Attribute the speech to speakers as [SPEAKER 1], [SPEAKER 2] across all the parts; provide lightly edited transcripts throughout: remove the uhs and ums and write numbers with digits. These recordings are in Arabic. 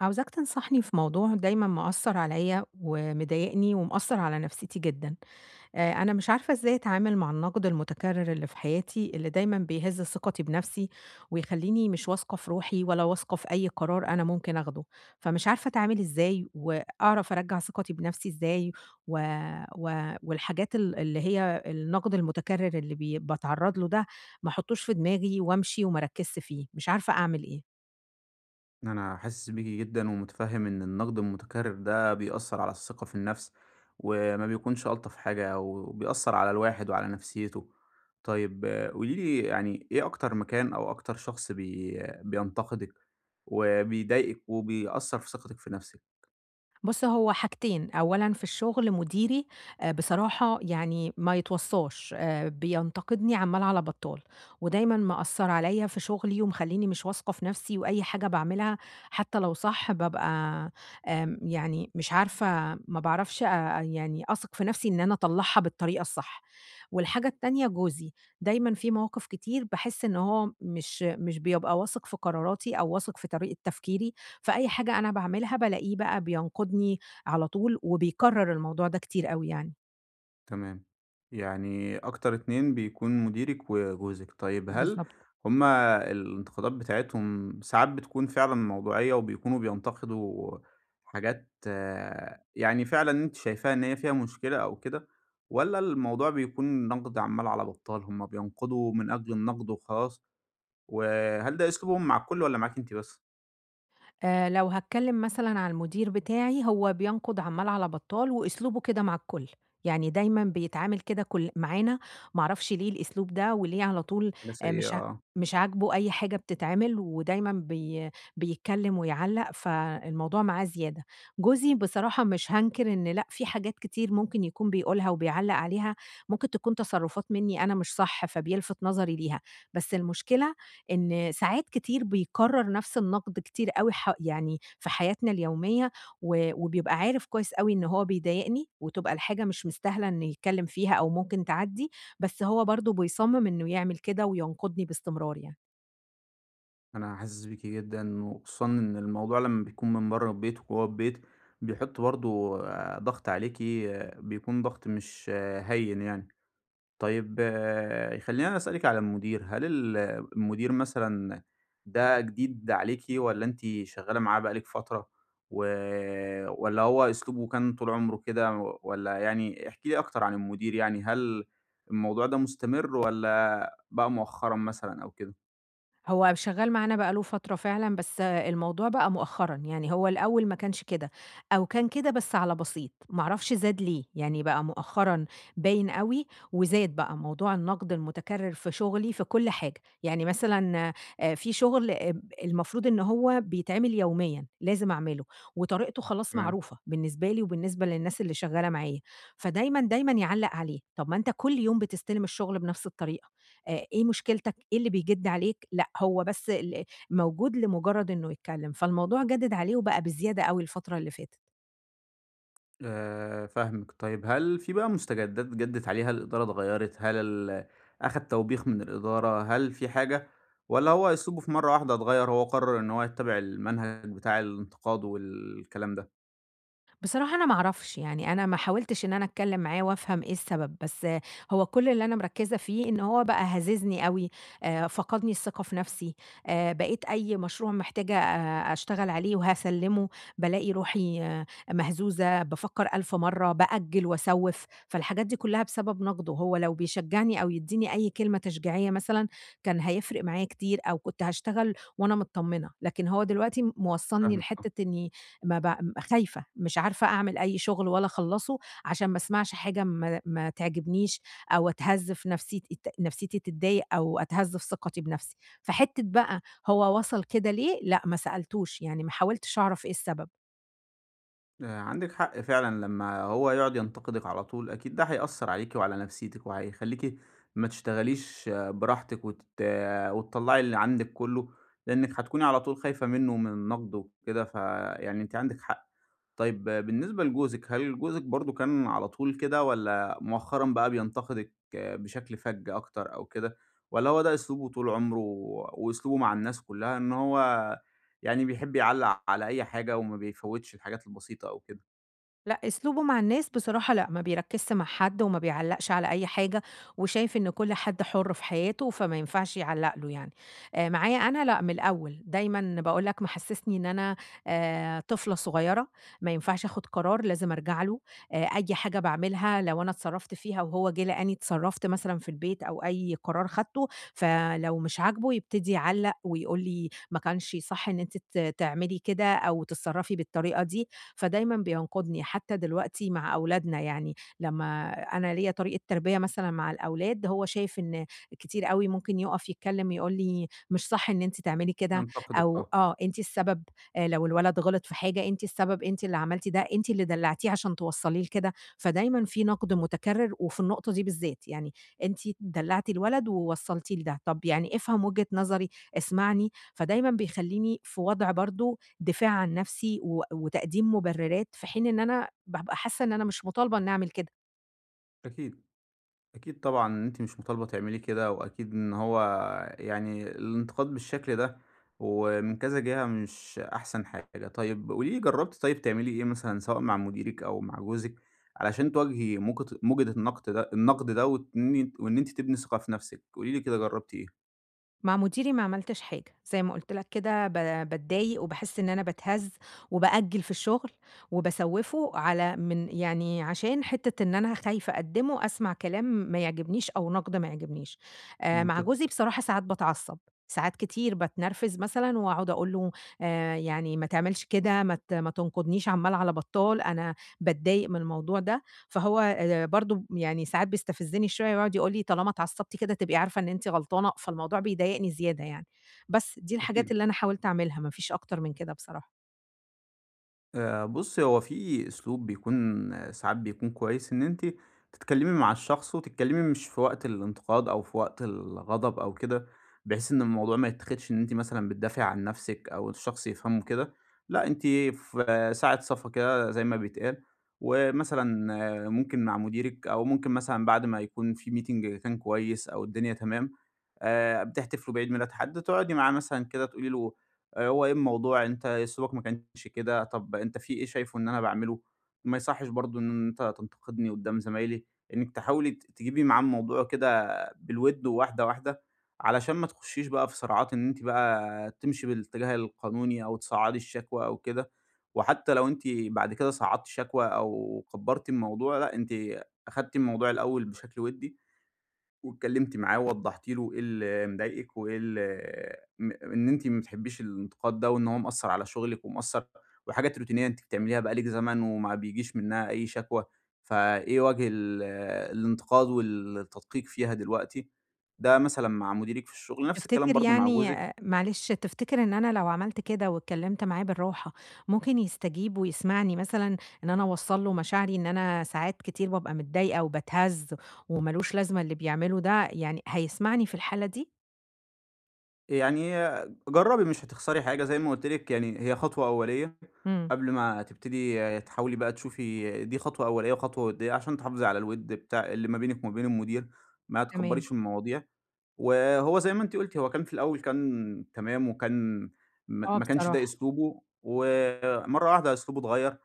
[SPEAKER 1] عاوزاك تنصحني في موضوع دايمًا مأثّر عليّا ومضايقني ومأثّر على نفسيتي جدًا. أنا مش عارفة إزاي أتعامل مع النقد المتكرر اللي في حياتي، اللي دايمًا بيهز ثقتي بنفسي ويخلّيني مش واثقة في روحي ولا واثقة في أي قرار أنا ممكن آخده. فمش عارفة أتعامل إزاي وأعرف أرجّع ثقتي بنفسي إزاي و و والحاجات اللي هي النقد المتكرر اللي باتعرّض له ده ما أحطّوش في دماغي وأمشي وما أركّزش فيه. مش عارفة أعمل إيه.
[SPEAKER 2] أنا حاسس بيكِ جدًا ومُتفهِّم إن النقد المُتكرر ده بيأثّر على الثقة في النفس، وما بيكونش ألطف حاجة وبيأثّر على الواحد وعلى نفسيته. طيب قولي لي يعني إيه أكتر مكان أو أكتر شخص بينتقدِك وبيضايقِك وبيأثّر في ثقتِك في نفسِك؟
[SPEAKER 1] بُص، هو حاجتين، أولًا في الشغل مديري بصراحة يعني ما يتوصّاش، بينتقدني عَمّال على بطّال، ودايمًا مأثّر عليّا في شغلي ومخلّيني مش واثقة في نَفْسي وأي حاجة باعملها حتّى لو صح بابقى يعني مش عارفة ما باعرفش يعني أثق في نَفْسي إن أنا أطلّعها بالطريقة الصح. والحاجة التانية جوزي، دايمًا في مواقف كتير باحس إن هو مش بيبقى واثق في قراراتي أو واثق في طريقة تفكيري، فأي حاجة أنا باعملها بالاقيه بقى بينقدني على طول، وبيكرر الموضوع ده كتير أوي يعني.
[SPEAKER 2] تمام. يعني أكتر 2 بيكون مديرِك وجوزِك. طيب هل
[SPEAKER 1] بالضبط.
[SPEAKER 2] هم الانتقادات بتاعتهم ساعات بتكون فعلًا موضوعية وبيكونوا بينتقدوا حاجات آه، يعني فعلًا أنتِ شايفاها إن هي فيها مشكلة أو كده، والّا الموضوع بيكون نقد عمّال على بطّال، هم بينقدوا من أجل النقد وخلاص؟ وهل ده أسلوبهم مع الكل والّا معاكِ أنتِ بس؟
[SPEAKER 1] لو هاتكلم مثلًا على المدير بتاعي، هو بينقد عمّال على بطّال وأسلوبه كده مع الكل، يعني دايمًا بيتعامل كده كل معانا، ما أعرفش ليه الأسلوب ده وليه على طول
[SPEAKER 2] حاجة
[SPEAKER 1] آآ
[SPEAKER 2] سيئة
[SPEAKER 1] مش ع
[SPEAKER 2] آه.
[SPEAKER 1] مش عاجبه أي حاجة بتتعمل ودايمًا بيتكلم ويعلّق، فالموضوع معاه زيادة. جوزي بصراحة مش هانكر، إن لأ، في حاجات كتير ممكن يكون بيقولها وبيعلّق عليها، ممكن تكون تصرفات منّي أنا مش صح، فبيلفت نظري ليها، بس المشكلة إن ساعات كتير بيكرر نفس النقد كتير أوي يعني في حياتنا اليومية، و وبيبقى عارف كويس أوي إن هو بيضايقني، وتبقى الحاجة مش مستاهلة إنه يتكلم فيها أو ممكن تعدّي، بس هو برضه بيصمم إنه يعمل كده وينقدني باستمرار يعني.
[SPEAKER 2] أنا حاسس بيكِ جدًا، وخصوصًا إن الموضوع لمّا بيكون من برّه البيت وجوّه البيت، بيحُط برضه ضغط عليكِ، بيكون ضغط مش آه، هين يعني. طيب خلّيني أسألِك على المدير، هل المدير مثلًا ده جديد عليكِ والّا أنتِ شغّالة معاه بقى لِك فترة، و والّا هو أسلوبه كان طول عمره كده والّا يعني احكي لي أكتر عن المدير يعني، هل الموضوع ده مستمر والّا بقى مؤخرًا مثلًا أو كده؟
[SPEAKER 1] هو شغال معانا بقى له فترة فعلًا، بس الموضوع بقى مؤخرًا، يعني هو الأول ما كانش كده، أو كان كده بس على بسيط، ما أعرفش زاد ليه، يعني بقى مؤخرًا باين أوي وزاد بقى موضوع النقد المتكرر في شغلي في كل حاجة، يعني مثلًا في شغل آب المفروض إن هو بيتعمل يوميًا، لازم أعمله، وطريقته خلاص معروفة بالنسبة لي وبالنسبة للناس اللي شغالة معايا، فدايمًا يعلّق عليه، طب ما أنت كل يوم بتستلم الشغل بنفس الطريقة. إيه مشكلتك، إيه اللي بيجِد عليك، لأ هو بس موجود لمجرد إنه يتكلّم، فالموضوع جَدِد عليه وبقى بزيادة أوي الفترة اللي فاتت.
[SPEAKER 2] فاهمِك، طيب هل في بقى مستجدات جدِّت عليها، الإدارة اتغيّرت، هل أخَد توبيخ من الإدارة، هل في حاجة والّا هو أسلوبه في مرّة واحدة اتغيّر، هو قرّر إن هو يتّبع المنهج بتاع الانتقاد والكلام ده؟
[SPEAKER 1] بصراحة أنا ما أعرفش، يعني أنا ما حاولتش إن أنا أتكلّم معاه وأفهم إيه السبب، بس هو كل اللي أنا مركّزة فيه إن هو بقى هاززني أوي، فقدني الثقة في نَفْسي، بقيت أي مشروع محتاجة أشتغل عليه وهاسلِّمه، بالاقي روحي آه، مهزوزة، بافكّر ألف مرّة، بأجّل وأسوّف، فالحاجات دي كُلّها بسبب نَقْده، هو لو بيشجّعني أو يدّيني أي كلمة تشجيعية مثلًا كان هيفرق معايا كتير أو كنت هاشتغل وأنا متطمّنة، لكن هو دلوقتي موصّلني
[SPEAKER 2] فاهمِك آه.
[SPEAKER 1] لحتّة إني ما ب خايفة، مش عارفة أعمل أي شغل ولا أخلّصه عشان ما اسمعش حاجة ما تعجبنيش أو أتهز في نفسيتي تتضايق أو أتهز في ثقتي بنفسي. فحتّة بقى هو وصل كده ليه؟ لأ، ما سألتوش، يعني ما حاولتش أعرف إيه السبب.
[SPEAKER 2] عندِك حق فعلًا لمّا هو يقعد ينتقدِك على طول، أكيد ده هيأثّر عليكِ وعلى نفسيتِك وهيخلّيكِ ما تشتغليش آه، براحتِك وتت آه، وتطلّعي اللي عندِك كُلّه، لإنِّك هتكوني على طول خايفة منّه ومن النقد وكده، فيعني أنتِ عندِك حق. طيب آه، بالنسبة لجوزِك، هل جوزِك برضه كان على طول كده والّا مؤخرًا بقى بينتقدِك آه، بشكل فَج أكتر أو كده، والّا هو ده أسلوبه طول عمره وأسلوبه مع الناس كلّها إن هو يعني بيحب يعلّق على أي حاجة وما بيفوّتش الحاجات البسيطة أو كده؟
[SPEAKER 1] لأ، أسلوبه مع الناس بصراحة لأ، ما بيركّزش مع حد وما بيعلّقش على أي حاجة، وشايف إن كل حد حُر في حياته، فما ينفعش يعلّق له يعني. معايا أنا لأ، من الأول، دايمًا باقول لك محسّسني إن أنا طفلة صغيرة، ما ينفعش آخُد قرار، لازم أرجع له. أي حاجة باعملها لو أنا اتصرّفت فيها وهو جِه لقاني اتصرّفت مثلًا في البيت أو أي قرار خدته، فلو مش عاجبه يبتدي يعلّق ويقول لي ما كانش صح إن أنتِ تعملي كده أو تتصرّفي بالطريقة دي، فدايمًا بينقذني، حتى دلوقتي مع أولادنا يعني، لمّا أنا ليّا طريقة تربية مثلًا مع الأولاد، هو شايف إن كتير أوي ممكن يُقف يتكلّم يقول لي: "مش صح إن أنتِ تعملي كده."
[SPEAKER 2] ينتقدِك
[SPEAKER 1] أو
[SPEAKER 2] آه،
[SPEAKER 1] آه، "أنتِ السبب." لو الولد غلط في حاجة، "أنتِ السبب، أنتِ اللي عملتِ ده، أنتِ اللي دلّعتيه عشان توصّليه لكده." فدايمًا في نقد متكرر وفي النقطة دي بالذات، يعني أنتِ دلّعتِ الولد ووصّلتيه لده، طب يعني افهم وجهة نظري، اسمعني، فدايمًا بيخلّيني في وضع برضه دفاع عن نفسي و وتقديم مبررات، في حين إن أنا بابقى حاسة إن أنا مش مطالبة إني أعمل كده.
[SPEAKER 2] أكيد. أكيد طبعًا إن أنتِ مش مطالبة تعملي كده، وأكيد إن هو يعني الانتقاد بالشكل ده ومن كذا جهة مش أحسن حاجة. طيب قولي لي جرّبتِ طيب تعملي إيه مثلًا سواء مع مديرِك أو مع جوزِك علشان تواجهي موجة النقد ده وإن أنتِ تبني ثقة في نفسِك؟ قولي لي كده جرّبتِ إيه؟
[SPEAKER 1] مع مديري ما عملتش حاجة، زي ما قُلت لك كده باتضايق وباحس إن أنا باتهز وبأجّل في الشغل وباسوّفه على من يعني عشان حتّة إن أنا خايفة أقدّمه، أسمع كلام ما يعجبنيش أو نقد ما يعجبنيش. مع
[SPEAKER 2] منطقي.
[SPEAKER 1] جوزي بصراحة ساعات باتعصّب، ساعات كتير باتنرفز مثلًا وأقعد أقول له يعني ما تعملش كده، ما تنقدنيش عَمّال على بطّال، أنا باتضايق من الموضوع ده، فهو برضه يعني ساعات بيستفزني شوية ويقعد يقول لي: "طالما اتعصبتِ كده تبقي عارفة إن أنتِ غلطانة." فالموضوع بيضايقني زيادة يعني. بس دي الحاجات
[SPEAKER 2] أكيد.
[SPEAKER 1] اللي أنا حاولت أعملها، ما فيش أكتر من كده بصراحة.
[SPEAKER 2] بُصّي، هو في أسلوب بيكون آه، ساعات بيكون كويس إن أنتِ تتكلّمي مع الشخص وتتكلّمي مش في وقت الانتقاد أو في وقت الغضب أو كده، بحيث إن الموضوع ما يتاخدش إن أنتِ مثلًا بتدافعي عن نَفْسِك أو الشخص يفهمه كده، لأ أنتِ في آه، ساعة صفا كده زي ما بيتقال، ومثلًا آه، ممكن مع مديرِك أو ممكن مثلًا بعد ما يكون في meeting كان كويس أو الدنيا تمام، بتحتفلوا بعيد ميلاد حد، تقعدي معاه مثلًا كده تقولي له هو إيه الموضوع، أنت أسلوبك ما كانش كده، طب أنت في إيه شايفه إن أنا باعمله؟ ما يصحّش برضه إن أنت تنتقدني قدّام زمايلي، إنِّك تحاولي تجيبي معاه الموضوع كده بالوِد وواحدة واحدة، علشان ما تخشّيش بقى في صراعات إن أنتِ بقى تمشي بالاتجاه القانوني أو تصعّدي الشكوى أو كده، وحتى لو أنتِ بعد كده صعّدتِ شكوى أو كبّرتِ الموضوع لأ، أنتِ أخدتِ الموضوع الأول بشكل وِدّي واتكلمتِ معاه ووضّحتِ له إيه اللي مضايقِك وإيه ال م إن أنتِ ما بتحبيش الانتقاد ده وإن هو مأثّر على شغلِك وحاجات روتينية أنتِ بتعمليها بقى لِك زمن وما بيجيش منها أي شكوى، فإيه وجه الانتقاد والتدقيق فيها دلوقتي؟ ده مثلًا مع مديرِك في الشغل، نفس الكلام
[SPEAKER 1] تفتكر
[SPEAKER 2] برضه مع
[SPEAKER 1] يعني
[SPEAKER 2] جوزِك.
[SPEAKER 1] معلش، تفتكر إن أنا لو عملت كده واتكلمت معاه بالراحة، ممكن يستجيب ويسمعني مثلًا، إن أنا أوصّل له مشاعري إن أنا ساعات كتير بابقى متضايقة وباتهز وما لوش لازمة اللي بيعمله ده، يعني هيسمعني في الحالة دي؟
[SPEAKER 2] يعني جرّبي مش هتخسري حاجة، زي ما قُلت لِك يعني هي خطوة أولية
[SPEAKER 1] إمم،
[SPEAKER 2] قبل ما تبتدي تحاولي بقى تشوفي دي خطوة أولية وخطوة ودية عشان تحافظي على الوِد بتاع اللي ما بينِك وما بين المدير، ما
[SPEAKER 1] تمام.
[SPEAKER 2] تكبّريش المواضيع. وهو زي ما أنتِ قُلتِ، هو كان في الأول كان تمام وكان ما
[SPEAKER 1] آه
[SPEAKER 2] ما كانش ده
[SPEAKER 1] بصراحة،
[SPEAKER 2] أسلوبه، ومرّة واحدة أسلوبه اتغيّر،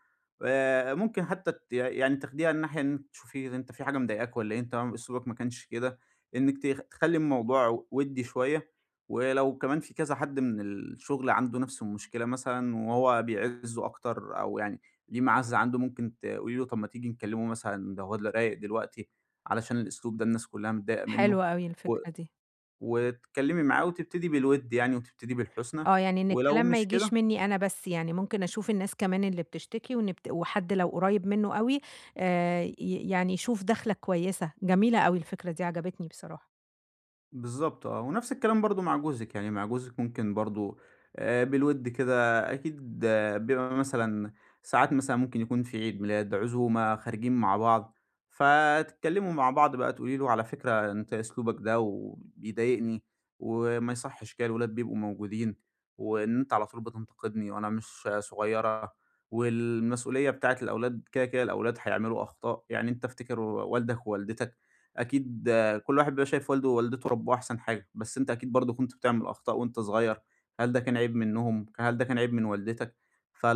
[SPEAKER 2] ممكن حتى يعني تاخديها الناحية إنِّك تشوفي أنت في حاجة مضايقاك والّا إيه، أنت أسلوبك ما كانش كده، إنِّك تخلّي الموضوع وِدّي شوية، ولو كمان في كذا حد من الشغل عنده نفس المشكلة مثلًا وهو بيعِزّه أكتر أو يعني ليه معزّة عنده، ممكن تقولي له طَب ما تيجي نكلّمه مثلًا ده هو رايق دلوقتي علشان الأسلوب ده الناس كلّها متضايقة منّه
[SPEAKER 1] حلوة أوي
[SPEAKER 2] و
[SPEAKER 1] الفكرة دي.
[SPEAKER 2] وتتكلمي معاه وتبتدي بالوِد يعني وتبتدي بالحُسنى،
[SPEAKER 1] آه، يعني إن
[SPEAKER 2] ولو
[SPEAKER 1] الكلام ما
[SPEAKER 2] مش كده
[SPEAKER 1] يجيش منّي أنا بس يعني، ممكن أشوف الناس كمان اللي بتشتكي وإن بت وحد لو قريّب منّه أوي، ي يعني يشوف دخلة كويسة، جميلة أوي الفكرة دي عجبتني بصراحة.
[SPEAKER 2] بالضبط آه، ونفس الكلام برضه مع جوزِك، يعني مع جوزِك ممكن برضه بالوِد كده أكيد آه، بيبقى مثلًا ساعات مثلًا ممكن يكون في عيد ميلاد، عزومة، خارجين مع بعض، فتتكلموا مع بعض بقى تقولي له على فكرة أنت أسلوبك ده وبيضايقني، وما يصحّش كده الولاد بيبقوا موجودين، وإن أنت على طول بتنتقدني وأنا مش صغيرة، والمسؤولية بتاعة الأولاد كده، كده الأولاد هيعملوا أخطاء، يعني أنت افتكر والدك ووالدتك أكيد فكل واحد بيبقى شايف والده ووالدته ربوه أحسن حاجة، بس أنت أكيد برضه كنت بتعمل أخطاء وأنت صغير، هل ده كان عيب منهم، هل ده كان عيب من والدتك؟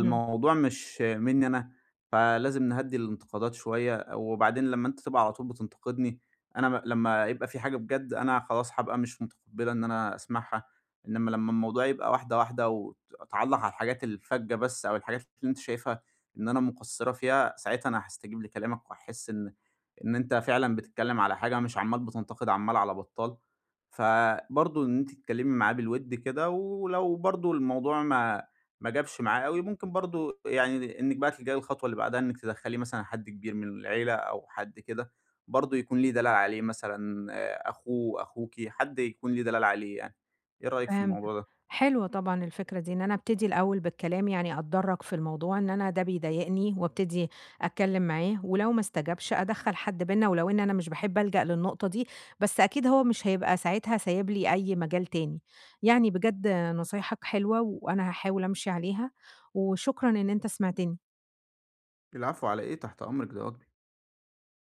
[SPEAKER 1] إمم.
[SPEAKER 2] مش منّي أنا، فلازم نهدّي الانتقادات شوية، وبعدين لمّا أنت تبقى على طول بتنتقدني، أنا م لمّا يبقى في حاجة بجد أنا خلاص هابقى مش متقبّلة إن أنا أسمعها، إنّما لمّا الموضوع يبقى واحدة واحدة، تعلّق على الحاجات الفَجّة بس أو الحاجات اللي أنت شايفها إن أنا مقصّرة فيها، ساعتها أنا هاستجيب لكلامك وهاحس إن أنت فعلًا بتتكلّم على حاجة مش عمّال بتنتقد عمّال على بطّال، فبرضه إن أنتِ تتكلّمي معاه بالوِد كده، ولو برضه الموضوع ما جابش معاه أوي، ممكن برضه يعني إنِّك بقى تلجئي للخطوة اللي بعدها إنِّك تدخّليه مثلًا حد كبير من العيلة أو حد كده برضه يكون ليه دلال عليه مثلًا أخوه، أخوكِ، حد يكون ليه دلال عليه يعني. إيه رأيِك في
[SPEAKER 1] فهمتك.
[SPEAKER 2] الموضوع ده؟
[SPEAKER 1] حلوة طبعًا الفكرة دي، إن أنا أبتدي الأول بالكلام، يعني أتدرّج في الموضوع إن أنا ده بيضايقني وأبتدي أتكلّم معاه، ولو ما استجابش أدخّل حد بيننا ولو إن أنا مش باحب ألجأ للنقطة دي، بس أكيد هو مش هيبقى ساعتها سايب لي أي مجال تاني. يعني بجد نصايحك حلوة وأنا هاحاول أمشي عليها، وشكرًا إن أنت سمعتني.
[SPEAKER 2] العفو على إيه، تحت أمرِك ده واجبي.